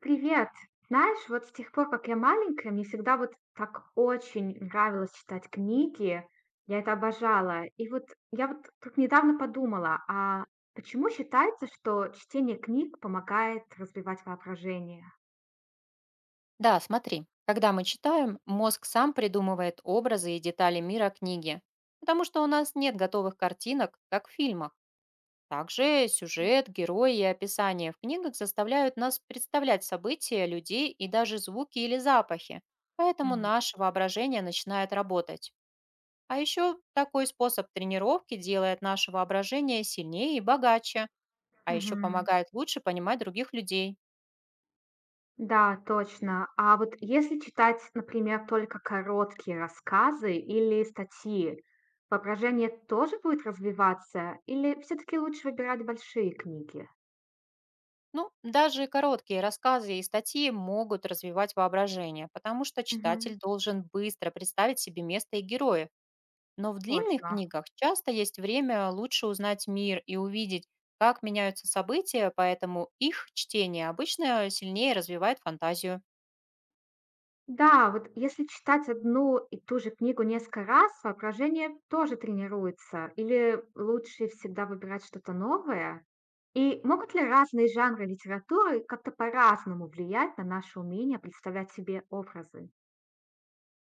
Привет! Знаешь, вот с тех пор, как я маленькая, мне всегда вот так очень нравилось читать книги. Я это обожала. И вот я вот тут недавно подумала, а почему считается, что чтение книг помогает развивать воображение? Да, смотри, когда мы читаем, мозг сам придумывает образы и детали мира книги, потому что у нас нет готовых картинок, как в фильмах. Также сюжет, герои и описание в книгах заставляют нас представлять события, людей и даже звуки или запахи, поэтому Мгм. наше воображение начинает работать. А еще такой способ тренировки делает наше воображение сильнее и богаче, а еще Мгм. помогает лучше понимать других людей. Да, точно. А вот если читать, например, только короткие рассказы или статьи, воображение тоже будет развиваться? Или все-таки лучше выбирать большие книги? Ну, даже короткие рассказы и статьи могут развивать воображение, потому что Мгм. читатель должен быстро представить себе место и героев. Но в длинных Точно. книгах часто есть время лучше узнать мир и увидеть, как меняются события, поэтому их чтение обычно сильнее развивает фантазию. Да, вот если читать одну и ту же книгу несколько раз, воображение тоже тренируется. Или лучше всегда выбирать что-то новое? И могут ли разные жанры литературы как-то по-разному влиять на наше умение представлять себе образы?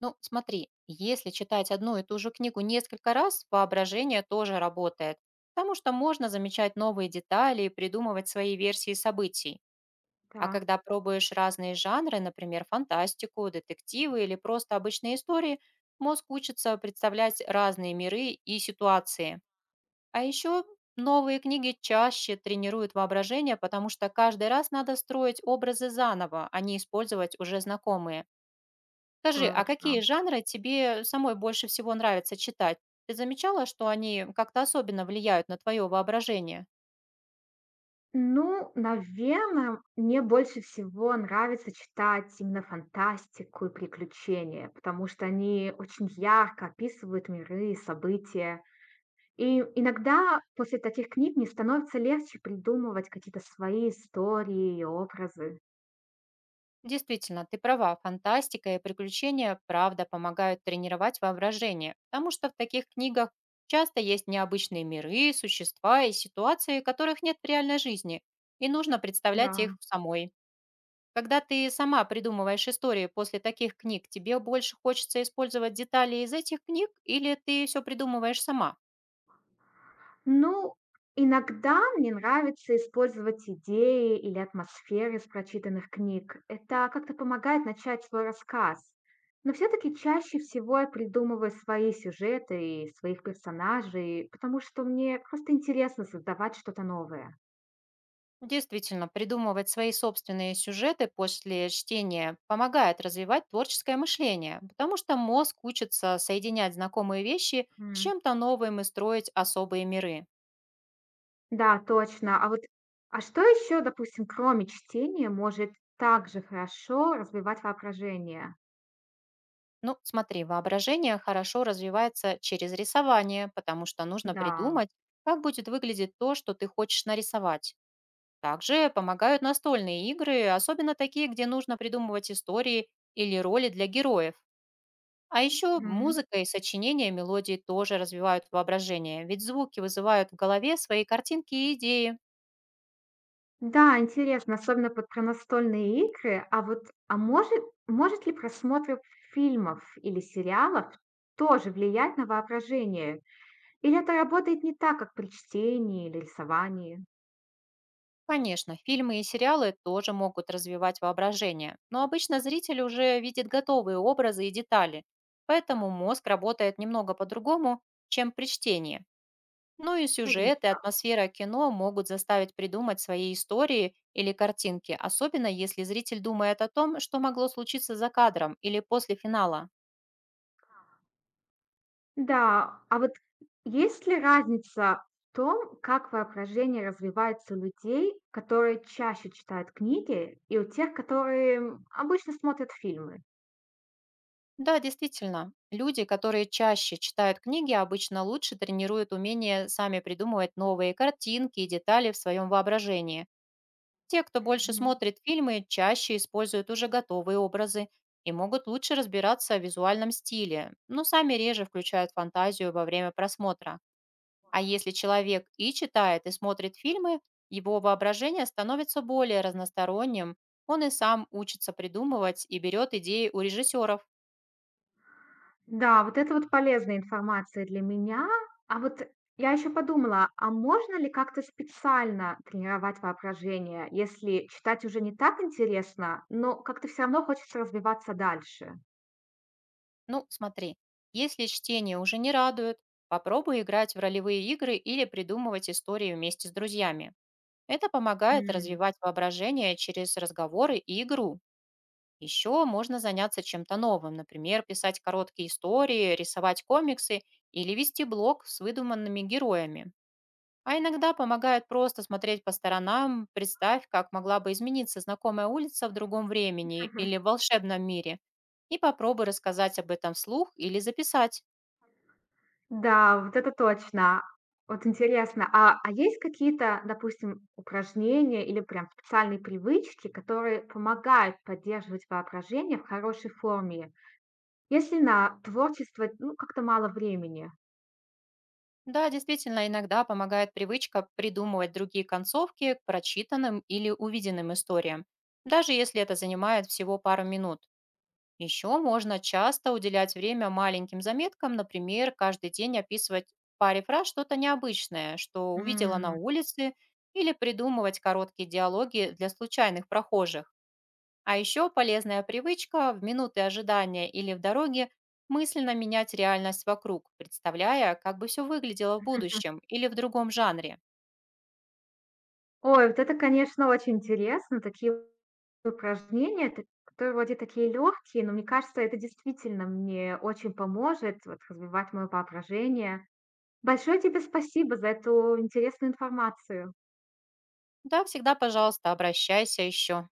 Ну, смотри, если читать одну и ту же книгу несколько раз, воображение тоже работает, потому что можно замечать новые детали и придумывать свои версии событий. А Да, когда пробуешь разные жанры, например, фантастику, детективы или просто обычные истории, мозг учится представлять разные миры и ситуации. А еще новые книги чаще тренируют воображение, потому что каждый раз надо строить образы заново, а не использовать уже знакомые. Скажи, а какие точно. жанры тебе самой больше всего нравится читать? Ты замечала, что они как-то особенно влияют на твое воображение? Ну, наверное, мне больше всего нравится читать именно фантастику и приключения, потому что они очень ярко описывают миры и события. И иногда после таких книг мне становится легче придумывать какие-то свои истории и образы. Действительно, ты права, фантастика и приключения, правда, помогают тренировать воображение, потому что в таких книгах часто есть необычные миры, существа и ситуации, которых нет в реальной жизни, и нужно представлять их Да. самой. Когда ты сама придумываешь истории после таких книг, тебе больше хочется использовать детали из этих книг или ты все придумываешь сама? Ну, иногда мне нравится использовать идеи или атмосферы из прочитанных книг. Это как-то помогает начать свой рассказ. Но все-таки чаще всего я придумываю свои сюжеты и своих персонажей, потому что мне просто интересно создавать что-то новое. Действительно, придумывать свои собственные сюжеты после чтения помогает развивать творческое мышление, потому что мозг учится соединять знакомые вещи с чем-то новым и строить особые миры. Да, точно. А вот, а что еще, допустим, кроме чтения, может также хорошо развивать воображение? Ну, смотри, воображение хорошо развивается через рисование, потому что нужно Да. придумать, как будет выглядеть то, что ты хочешь нарисовать. Также помогают настольные игры, особенно такие, где нужно придумывать истории или роли для героев. А еще Мгм. музыка и сочинение мелодий тоже развивают воображение, ведь звуки вызывают в голове свои картинки и идеи. Да, интересно, особенно вот про настольные игры. А вот, а может ли просмотр фильмов или сериалов тоже влиять на воображение? Или это работает не так, как при чтении или рисовании? Конечно, фильмы и сериалы тоже могут развивать воображение, но обычно зритель уже видит готовые образы и детали, поэтому мозг работает немного по-другому, чем при чтении. Ну и сюжет и Логично. атмосфера кино могут заставить придумать свои истории или картинки, особенно если зритель думает о том, что могло случиться за кадром или после финала. Да, а вот есть ли разница в том, как воображение развивается у людей, которые чаще читают книги, и у тех, которые обычно смотрят фильмы? Да, действительно, люди, которые чаще читают книги, обычно лучше тренируют умение сами придумывать новые картинки и детали в своем воображении. Те, кто больше Мгм. смотрит фильмы, чаще используют уже готовые образы и могут лучше разбираться в визуальном стиле, но сами реже включают фантазию во время просмотра. А если человек и читает, и смотрит фильмы, его воображение становится более разносторонним, он и сам учится придумывать и берет идеи у режиссеров. Да, вот это вот полезная информация для меня. А вот я еще подумала, а можно ли как-то специально тренировать воображение, если читать уже не так интересно, но как-то все равно хочется развиваться дальше? Ну, смотри, если чтение уже не радует, попробуй играть в ролевые игры или придумывать истории вместе с друзьями. Это помогает М. развивать воображение через разговоры и игру. Еще можно заняться чем-то новым, например, писать короткие истории, рисовать комиксы или вести блог с выдуманными героями. А иногда помогает просто смотреть по сторонам, представь, как могла бы измениться знакомая улица в другом времени или в волшебном мире. И попробуй рассказать об этом вслух или записать. Да, вот это точно. Вот интересно, а есть какие-то, допустим, упражнения или прям специальные привычки, которые помогают поддерживать воображение в хорошей форме, если на творчество, ну, как-то мало времени? Да, действительно, иногда помогает привычка придумывать другие концовки к прочитанным или увиденным историям, даже если это занимает всего пару минут. Еще можно часто уделять время маленьким заметкам, например, каждый день описывать в паре фраз что-то необычное, что увидела на М. улице, или придумывать короткие диалоги для случайных прохожих. А еще полезная привычка в минуты ожидания или в дороге мысленно менять реальность вокруг, представляя, как бы все выглядело в будущем или в другом жанре. Ой, вот это, конечно, очень интересно. Такие упражнения, которые вроде такие легкие, но мне кажется, это действительно мне очень поможет вот, развивать мое воображение. Большое тебе спасибо за эту интересную информацию. Да, всегда, пожалуйста, обращайся еще.